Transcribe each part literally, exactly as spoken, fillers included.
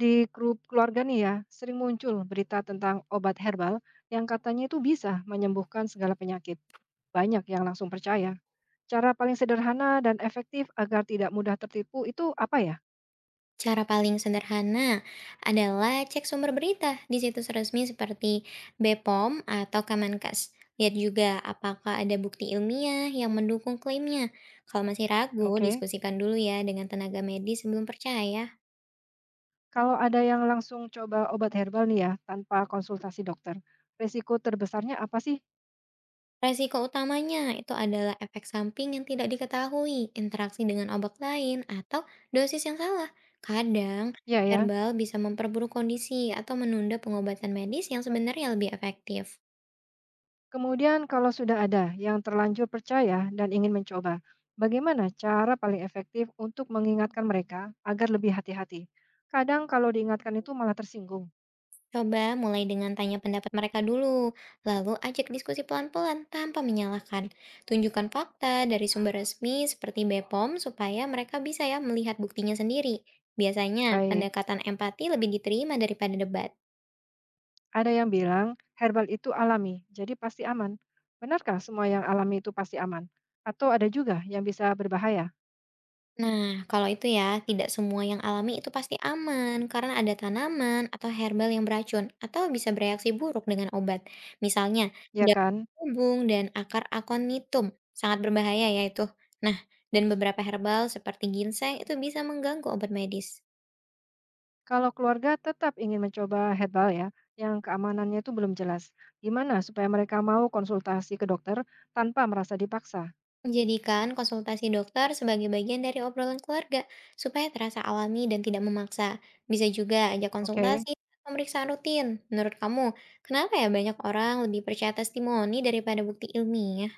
Di grup keluarga nih ya, sering muncul berita tentang obat herbal yang katanya itu bisa menyembuhkan segala penyakit. Banyak yang langsung percaya. Cara paling sederhana dan efektif agar tidak mudah tertipu itu apa ya? Cara paling sederhana adalah cek sumber berita di situs resmi seperti B P O M atau Kemenkes. Lihat juga apakah ada bukti ilmiah yang mendukung klaimnya. Kalau masih ragu, Oke, diskusikan dulu ya dengan tenaga medis sebelum percaya. kalau ada yang langsung coba obat herbal nih ya, tanpa konsultasi dokter, risiko terbesarnya apa sih? Resiko utamanya itu adalah efek samping yang tidak diketahui, interaksi dengan obat lain, atau dosis yang salah. Kadang, Iya ya, herbal bisa memperburuk kondisi atau menunda pengobatan medis yang sebenarnya lebih efektif. kemudian kalau sudah ada yang terlanjur percaya dan ingin mencoba, bagaimana cara paling efektif untuk mengingatkan mereka agar lebih hati-hati? Kadang kalau diingatkan itu malah tersinggung. Coba mulai dengan tanya pendapat mereka dulu, lalu ajak diskusi pelan-pelan tanpa menyalahkan. Tunjukkan fakta dari sumber resmi seperti B P O M supaya mereka bisa ya melihat buktinya sendiri. Biasanya Baik, pendekatan empati lebih diterima daripada debat. ada yang bilang herbal itu alami, jadi pasti aman. Benarkah semua yang alami itu pasti aman? Atau ada juga yang bisa berbahaya? Nah, kalau itu ya, tidak semua yang alami itu pasti aman karena ada tanaman atau herbal yang beracun atau bisa bereaksi buruk dengan obat. Misalnya, Ya daun kan? kubung dan akar aconitum sangat berbahaya ya itu. Nah, dan beberapa herbal seperti ginseng itu bisa mengganggu obat medis. Kalau keluarga tetap ingin mencoba herbal ya, yang keamanannya itu belum jelas. Gimana supaya mereka mau konsultasi ke dokter tanpa merasa dipaksa? Jadikan konsultasi dokter sebagai bagian dari obrolan keluarga supaya terasa alami dan tidak memaksa. Bisa juga ajak Oke. konsultasi pemeriksaan rutin. Menurut kamu, kenapa ya banyak orang lebih percaya testimoni daripada bukti ilmiah?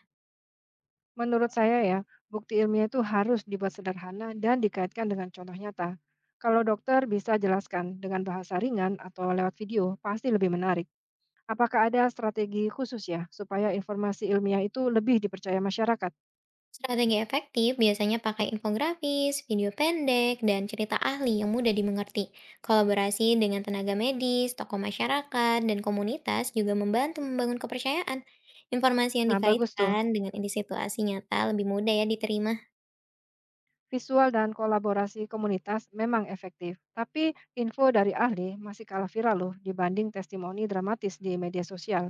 Menurut saya ya, bukti ilmiah itu harus dibuat sederhana dan dikaitkan dengan contoh nyata. Kalau dokter bisa jelaskan dengan bahasa ringan atau lewat video, pasti lebih menarik. Apakah ada strategi khusus ya supaya informasi ilmiah itu lebih dipercaya masyarakat? Strategi efektif biasanya pakai infografis, video pendek, dan cerita ahli yang mudah dimengerti. Kolaborasi dengan tenaga medis, tokoh masyarakat, dan komunitas juga membantu membangun kepercayaan. Informasi yang Nah, bagus tuh. dikaitkan dengan situasi nyata lebih mudah ya diterima. Visual dan kolaborasi komunitas memang efektif, tapi info dari ahli masih kalah viral loh dibanding testimoni dramatis di media sosial.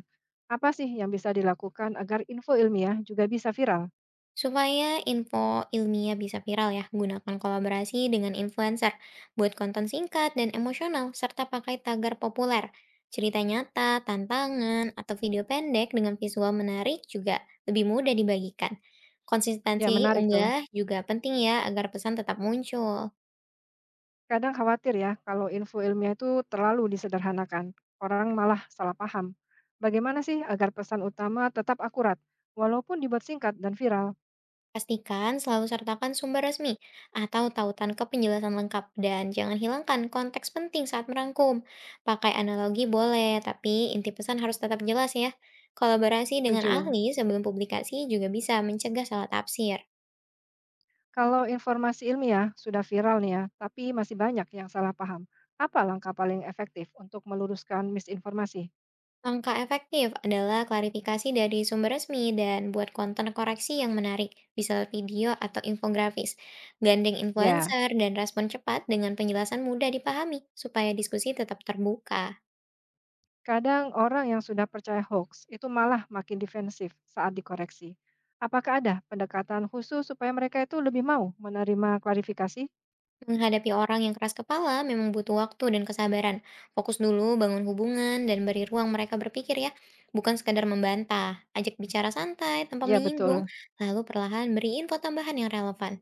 Apa sih yang bisa dilakukan agar info ilmiah juga bisa viral? Supaya info ilmiah bisa viral ya, gunakan kolaborasi dengan influencer, buat konten singkat dan emosional, serta pakai tagar populer. Cerita nyata, tantangan, atau video pendek dengan visual menarik juga lebih mudah dibagikan. Ya, Konsistensi menarik tuh. unggah juga penting ya agar pesan tetap muncul. Kadang khawatir ya kalau info ilmiah itu terlalu disederhanakan. Orang malah salah paham. Bagaimana sih agar pesan utama tetap akurat, walaupun dibuat singkat dan viral? Pastikan selalu sertakan sumber resmi atau tautan ke penjelasan lengkap dan jangan hilangkan konteks penting saat merangkum. Pakai analogi boleh, tapi inti pesan harus tetap jelas ya. Kolaborasi dengan Setuju. ahli sebelum publikasi juga bisa mencegah salah tafsir. Kalau informasi ilmiah sudah viral nih ya, tapi masih banyak yang salah paham. Apa langkah paling efektif untuk meluruskan misinformasi? Langkah efektif adalah klarifikasi dari sumber resmi dan buat konten koreksi yang menarik, bisa lewat video atau infografis. Gandeng Ya, influencer dan respon cepat dengan penjelasan mudah dipahami supaya diskusi tetap terbuka. kadang orang yang sudah percaya hoax itu malah makin defensif saat dikoreksi. Apakah ada pendekatan khusus supaya mereka itu lebih mau menerima klarifikasi? Menghadapi orang yang keras kepala memang butuh waktu dan kesabaran. Fokus dulu bangun hubungan dan beri ruang mereka berpikir ya, bukan sekadar membantah. Ajak bicara santai tanpa Ya, menyinggung, betul. lalu perlahan beri info tambahan yang relevan.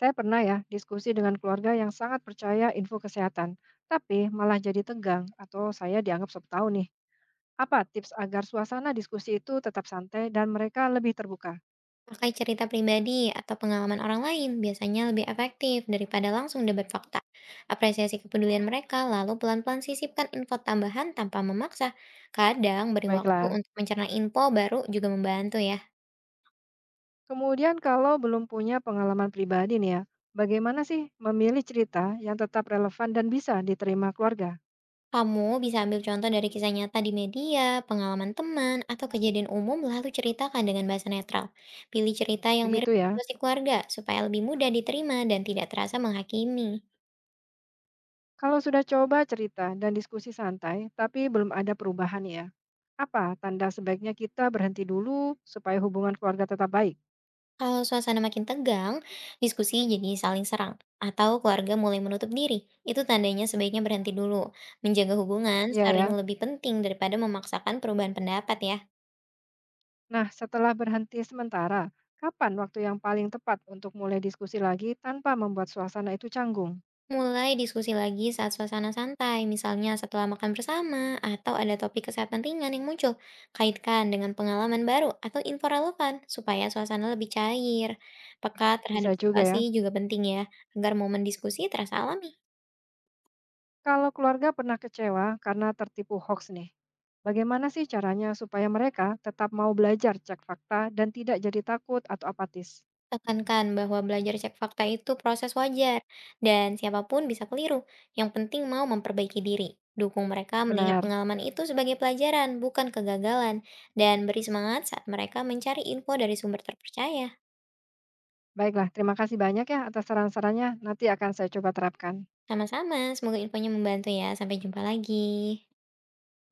Saya pernah ya diskusi dengan keluarga yang sangat percaya info kesehatan, tapi malah jadi tegang atau saya dianggap sok tahu nih. Apa tips agar suasana diskusi itu tetap santai dan mereka lebih terbuka? Pakai cerita pribadi atau pengalaman orang lain biasanya lebih efektif daripada langsung debat fakta. Apresiasi kepedulian mereka, lalu pelan-pelan sisipkan info tambahan tanpa memaksa. Kadang beri waktu Baiklah. untuk mencerna info baru juga membantu ya. Kemudian kalau belum punya pengalaman pribadi nih ya, bagaimana sih memilih cerita yang tetap relevan dan bisa diterima keluarga? Kamu bisa ambil contoh dari kisah nyata di media, pengalaman teman, atau kejadian umum lalu ceritakan dengan bahasa netral. Pilih cerita yang mirip Begitu ya. situasi keluarga supaya lebih mudah diterima dan tidak terasa menghakimi. Kalau sudah coba cerita dan diskusi santai, tapi belum ada perubahan nih ya. Apa tanda sebaiknya kita berhenti dulu supaya hubungan keluarga tetap baik? Kalau suasana makin tegang, diskusi jadi saling serang, atau keluarga mulai menutup diri. Itu tandanya sebaiknya berhenti dulu. Menjaga hubungan Iya sering ya. lebih penting daripada memaksakan perubahan pendapat ya. Nah, setelah berhenti sementara, kapan waktu yang paling tepat untuk mulai diskusi lagi tanpa membuat suasana itu canggung? Mulai diskusi lagi saat suasana santai, misalnya setelah makan bersama atau ada topik kesehatan ringan yang muncul. Kaitkan dengan pengalaman baru atau info relevan supaya suasana lebih cair. Peka terhadap Bisa juga situasi ya. juga penting ya, agar momen diskusi terasa alami. Kalau keluarga pernah kecewa karena tertipu hoax nih. Bagaimana sih caranya supaya mereka tetap mau belajar cek fakta dan tidak jadi takut atau apatis? Tekankan bahwa belajar cek fakta itu proses wajar dan siapapun bisa keliru. Yang penting mau memperbaiki diri. Dukung mereka melihat Benar. pengalaman itu sebagai pelajaran, bukan kegagalan, dan beri semangat saat mereka mencari info dari sumber terpercaya. Baiklah, terima kasih banyak ya atas saran-sarannya. Nanti akan saya coba terapkan. Sama-sama, semoga infonya membantu ya. Sampai jumpa lagi.